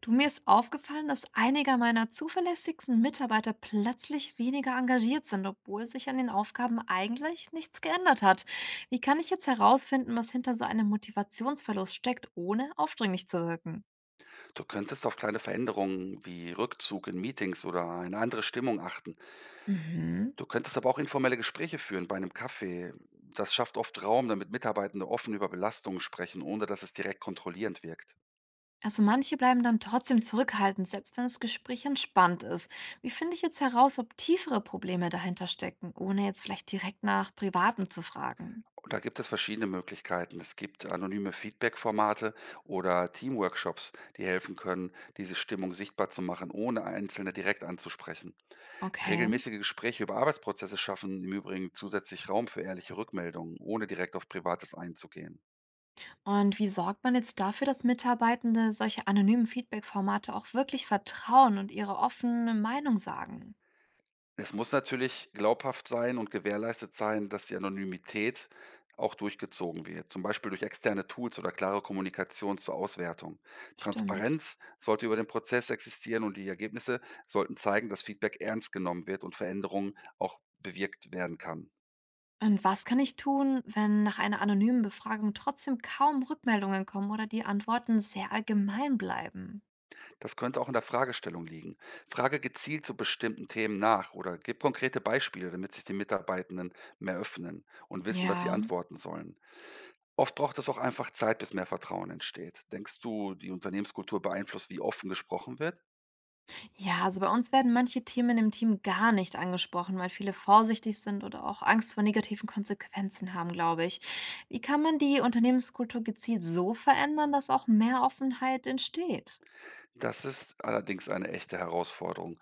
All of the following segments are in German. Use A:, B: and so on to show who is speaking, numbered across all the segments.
A: Du, mir ist aufgefallen, dass einige meiner zuverlässigsten Mitarbeiter plötzlich weniger engagiert sind, obwohl sich an den Aufgaben eigentlich nichts geändert hat. Wie kann ich jetzt herausfinden, was hinter so einem Motivationsverlust steckt, ohne aufdringlich zu wirken?
B: Du könntest auf kleine Veränderungen wie Rückzug in Meetings oder eine andere Stimmung achten.
A: Mhm.
B: Du könntest aber auch informelle Gespräche führen bei einem Kaffee. Das schafft oft Raum, damit Mitarbeitende offen über Belastungen sprechen, ohne dass es direkt kontrollierend wirkt.
A: Also manche bleiben dann trotzdem zurückhaltend, selbst wenn das Gespräch entspannt ist. Wie finde ich jetzt heraus, ob tiefere Probleme dahinter stecken, ohne jetzt vielleicht direkt nach Privaten zu fragen?
B: Und da gibt es verschiedene Möglichkeiten. Es gibt anonyme Feedback-Formate oder Teamworkshops, die helfen können, diese Stimmung sichtbar zu machen, ohne Einzelne direkt anzusprechen.
A: Okay.
B: Regelmäßige Gespräche über Arbeitsprozesse schaffen im Übrigen zusätzlich Raum für ehrliche Rückmeldungen, ohne direkt auf Privates einzugehen.
A: Und wie sorgt man jetzt dafür, dass Mitarbeitende solche anonymen Feedback-Formate auch wirklich vertrauen und ihre offene Meinung sagen?
B: Es muss natürlich glaubhaft sein und gewährleistet sein, dass die Anonymität auch durchgezogen wird, zum Beispiel durch externe Tools oder klare Kommunikation zur Auswertung.
A: Stimmt.
B: Transparenz sollte über den Prozess existieren und die Ergebnisse sollten zeigen, dass Feedback ernst genommen wird und Veränderungen auch bewirkt werden kann.
A: Und was kann ich tun, wenn nach einer anonymen Befragung trotzdem kaum Rückmeldungen kommen oder die Antworten sehr allgemein bleiben?
B: Das könnte auch in der Fragestellung liegen. Frage gezielt zu bestimmten Themen nach oder gib konkrete Beispiele, damit sich die Mitarbeitenden mehr öffnen und wissen, was sie
A: Ja.
B: antworten sollen. Oft braucht es auch einfach Zeit, bis mehr Vertrauen entsteht. Denkst du, die Unternehmenskultur beeinflusst, wie offen gesprochen wird?
A: Ja, also bei uns werden manche Themen im Team gar nicht angesprochen, weil viele vorsichtig sind oder auch Angst vor negativen Konsequenzen haben, glaube ich. Wie kann man die Unternehmenskultur gezielt so verändern, dass auch mehr Offenheit entsteht?
B: Das ist allerdings eine echte Herausforderung.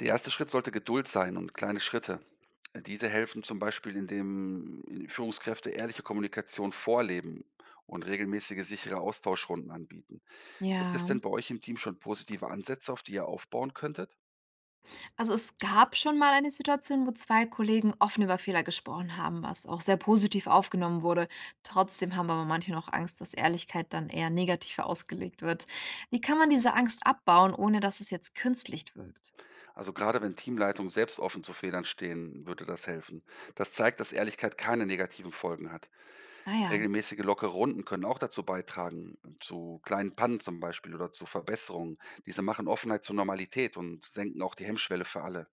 B: Der erste Schritt sollte Geduld sein und kleine Schritte. Diese helfen zum Beispiel, indem Führungskräfte ehrliche Kommunikation vorleben und regelmäßige sichere Austauschrunden anbieten. Gibt es
A: Ja,
B: denn bei euch im Team schon positive Ansätze, auf die ihr aufbauen könntet?
A: also es gab schon mal eine Situation, wo zwei Kollegen offen über Fehler gesprochen haben, was auch sehr positiv aufgenommen wurde. Trotzdem haben aber manche noch Angst, dass Ehrlichkeit dann eher negativ ausgelegt wird. Wie kann man diese Angst abbauen, ohne dass es jetzt künstlich wirkt?
B: Also gerade wenn Teamleitungen selbst offen zu Fehlern stehen, würde das helfen. Das zeigt, dass Ehrlichkeit keine negativen Folgen hat.
A: Naja,
B: Regelmäßige lockere Runden können auch dazu beitragen, zu kleinen Pannen zum Beispiel oder zu Verbesserungen. Diese machen Offenheit zur Normalität und senken auch die Hemmschwelle für alle.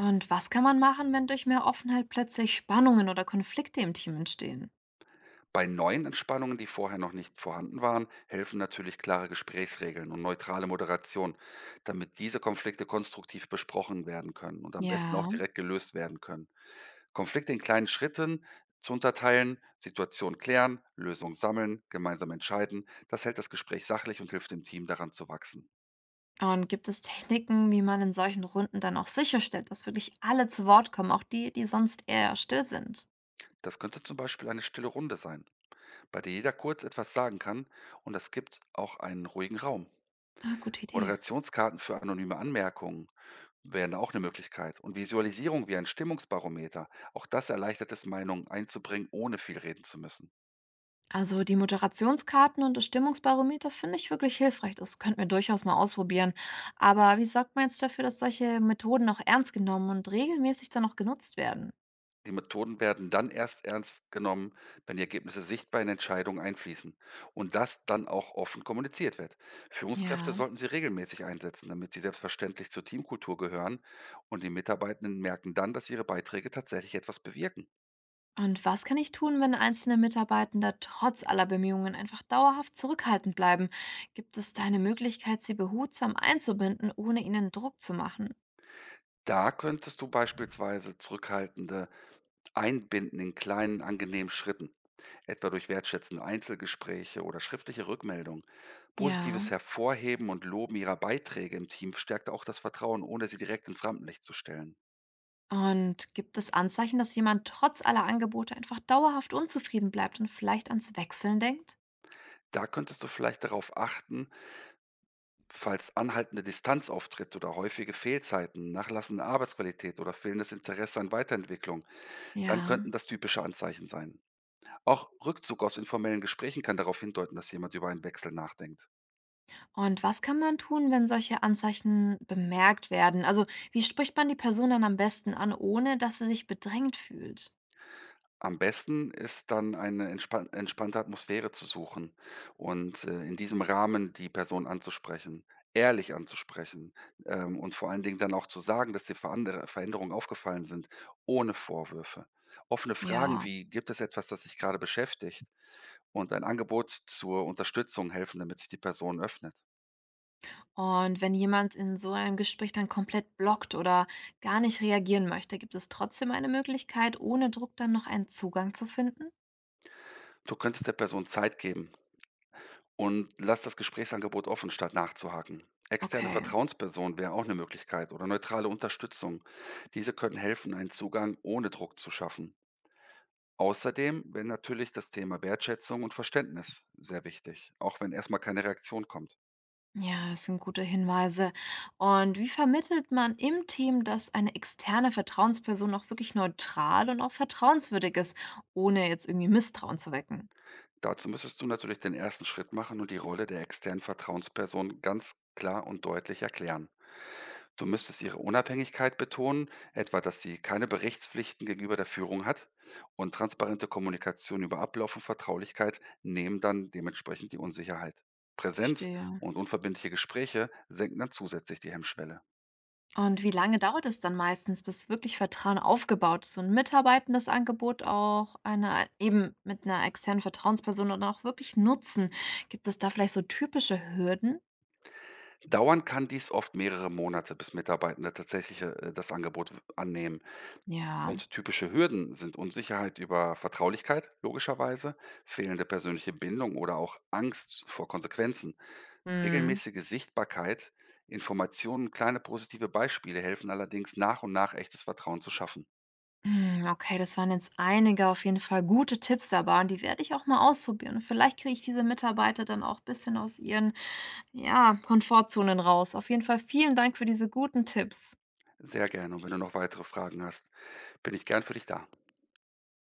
A: und was kann man machen, wenn durch mehr Offenheit plötzlich Spannungen oder Konflikte im Team entstehen?
B: Bei neuen Entspannungen, die vorher noch nicht vorhanden waren, helfen natürlich klare Gesprächsregeln und neutrale Moderation, damit diese Konflikte konstruktiv besprochen werden können und am besten auch
A: Ja,
B: direkt gelöst werden können. Konflikte in kleinen Schritten zu unterteilen, Situation klären, Lösung sammeln, gemeinsam entscheiden, das hält das Gespräch sachlich und hilft dem Team daran zu wachsen.
A: und gibt es Techniken, wie man in solchen Runden dann auch sicherstellt, dass wirklich alle zu Wort kommen, auch die, die sonst eher still sind?
B: Das könnte zum Beispiel eine stille Runde sein, bei der jeder kurz etwas sagen kann und das gibt auch einen ruhigen Raum.
A: Ah, gute Idee.
B: Moderationskarten für anonyme Anmerkungen wären auch eine Möglichkeit und Visualisierung wie ein Stimmungsbarometer, auch das erleichtert es, Meinungen einzubringen, ohne viel reden zu müssen.
A: Also die Moderationskarten und das Stimmungsbarometer finde ich wirklich hilfreich. Das könnten wir durchaus mal ausprobieren. Aber wie sorgt man jetzt dafür, dass solche Methoden auch ernst genommen und regelmäßig dann auch genutzt werden?
B: Die Methoden werden dann erst ernst genommen, wenn die Ergebnisse sichtbar in Entscheidungen einfließen und das dann auch offen kommuniziert wird. Führungskräfte
A: Ja.
B: sollten sie regelmäßig einsetzen, damit sie selbstverständlich zur Teamkultur gehören und die Mitarbeitenden merken dann, dass ihre Beiträge tatsächlich etwas bewirken.
A: Und was kann ich tun, wenn einzelne Mitarbeitende trotz aller Bemühungen einfach dauerhaft zurückhaltend bleiben? Gibt es da eine Möglichkeit, sie behutsam einzubinden, ohne ihnen Druck zu machen?
B: Da könntest du beispielsweise zurückhaltende Einbinden in kleinen, angenehmen Schritten, etwa durch wertschätzende Einzelgespräche oder schriftliche Rückmeldungen.
A: Ja.
B: Positives Hervorheben und Loben ihrer Beiträge im Team stärkt auch das Vertrauen, ohne sie direkt ins Rampenlicht zu stellen.
A: Und gibt es Anzeichen, dass jemand trotz aller Angebote einfach dauerhaft unzufrieden bleibt und vielleicht ans Wechseln denkt?
B: Da könntest du vielleicht darauf achten, falls anhaltende Distanz auftritt oder häufige Fehlzeiten, nachlassende Arbeitsqualität oder fehlendes Interesse an Weiterentwicklung, dann
A: Ja.
B: könnten das typische Anzeichen sein. Auch Rückzug aus informellen Gesprächen kann darauf hindeuten, dass jemand über einen Wechsel nachdenkt.
A: Und was kann man tun, wenn solche Anzeichen bemerkt werden? Also, wie spricht man die Person dann am besten an, ohne dass sie sich bedrängt fühlt?
B: Am besten ist dann eine entspannte Atmosphäre zu suchen und, in diesem Rahmen die Person anzusprechen, ehrlich anzusprechen, und vor allen Dingen dann auch zu sagen, dass dir Verandere Veränderungen aufgefallen sind, ohne Vorwürfe. Offene Fragen
A: Ja,
B: wie: „Gibt es etwas, das dich gerade beschäftigt?“ und ein Angebot zur Unterstützung helfen, damit sich die Person öffnet.
A: und wenn jemand in so einem Gespräch dann komplett blockt oder gar nicht reagieren möchte, gibt es trotzdem eine Möglichkeit, ohne Druck dann noch einen Zugang zu finden?
B: Du könntest der Person Zeit geben, und lass das Gesprächsangebot offen, statt nachzuhaken. Externe
A: Okay,
B: Vertrauenspersonen wäre auch eine Möglichkeit oder neutrale Unterstützung. Diese können helfen, einen Zugang ohne Druck zu schaffen. Außerdem wäre natürlich das Thema Wertschätzung und Verständnis sehr wichtig, auch wenn erstmal keine Reaktion kommt.
A: ja, das sind gute Hinweise. Und wie vermittelt man im Team, dass eine externe Vertrauensperson auch wirklich neutral und auch vertrauenswürdig ist, ohne jetzt irgendwie Misstrauen zu wecken?
B: Dazu müsstest du natürlich den ersten Schritt machen und die Rolle der externen Vertrauensperson ganz klar und deutlich erklären. Du müsstest ihre Unabhängigkeit betonen, etwa dass sie keine Berichtspflichten gegenüber der Führung hat und transparente Kommunikation über Ablauf und Vertraulichkeit nehmen dann dementsprechend die Unsicherheit. Präsenz
A: Verstehe.
B: und unverbindliche Gespräche senken dann zusätzlich die Hemmschwelle.
A: Und wie lange dauert es dann meistens, bis wirklich Vertrauen aufgebaut ist und Mitarbeitenden das Angebot auch einer, eben mit einer externen Vertrauensperson dann auch wirklich nutzen? Gibt es da vielleicht so typische Hürden?
B: Dauern kann dies oft mehrere Monate, bis Mitarbeitende tatsächlich das Angebot annehmen.
A: Ja.
B: Und typische Hürden sind Unsicherheit über Vertraulichkeit, logischerweise, fehlende persönliche Bindung oder auch Angst vor Konsequenzen.
A: Hm.
B: Regelmäßige Sichtbarkeit, Informationen kleine positive Beispiele helfen allerdings nach und nach echtes Vertrauen zu schaffen.
A: Hm, okay, das waren jetzt einige auf jeden Fall gute Tipps dabei und die werde ich auch mal ausprobieren. Und vielleicht kriege ich diese Mitarbeiter dann auch ein bisschen aus ihren, ja, Komfortzonen raus. Auf jeden Fall vielen Dank für diese guten Tipps.
B: Sehr gerne und wenn du noch weitere Fragen hast, bin ich gern für dich da.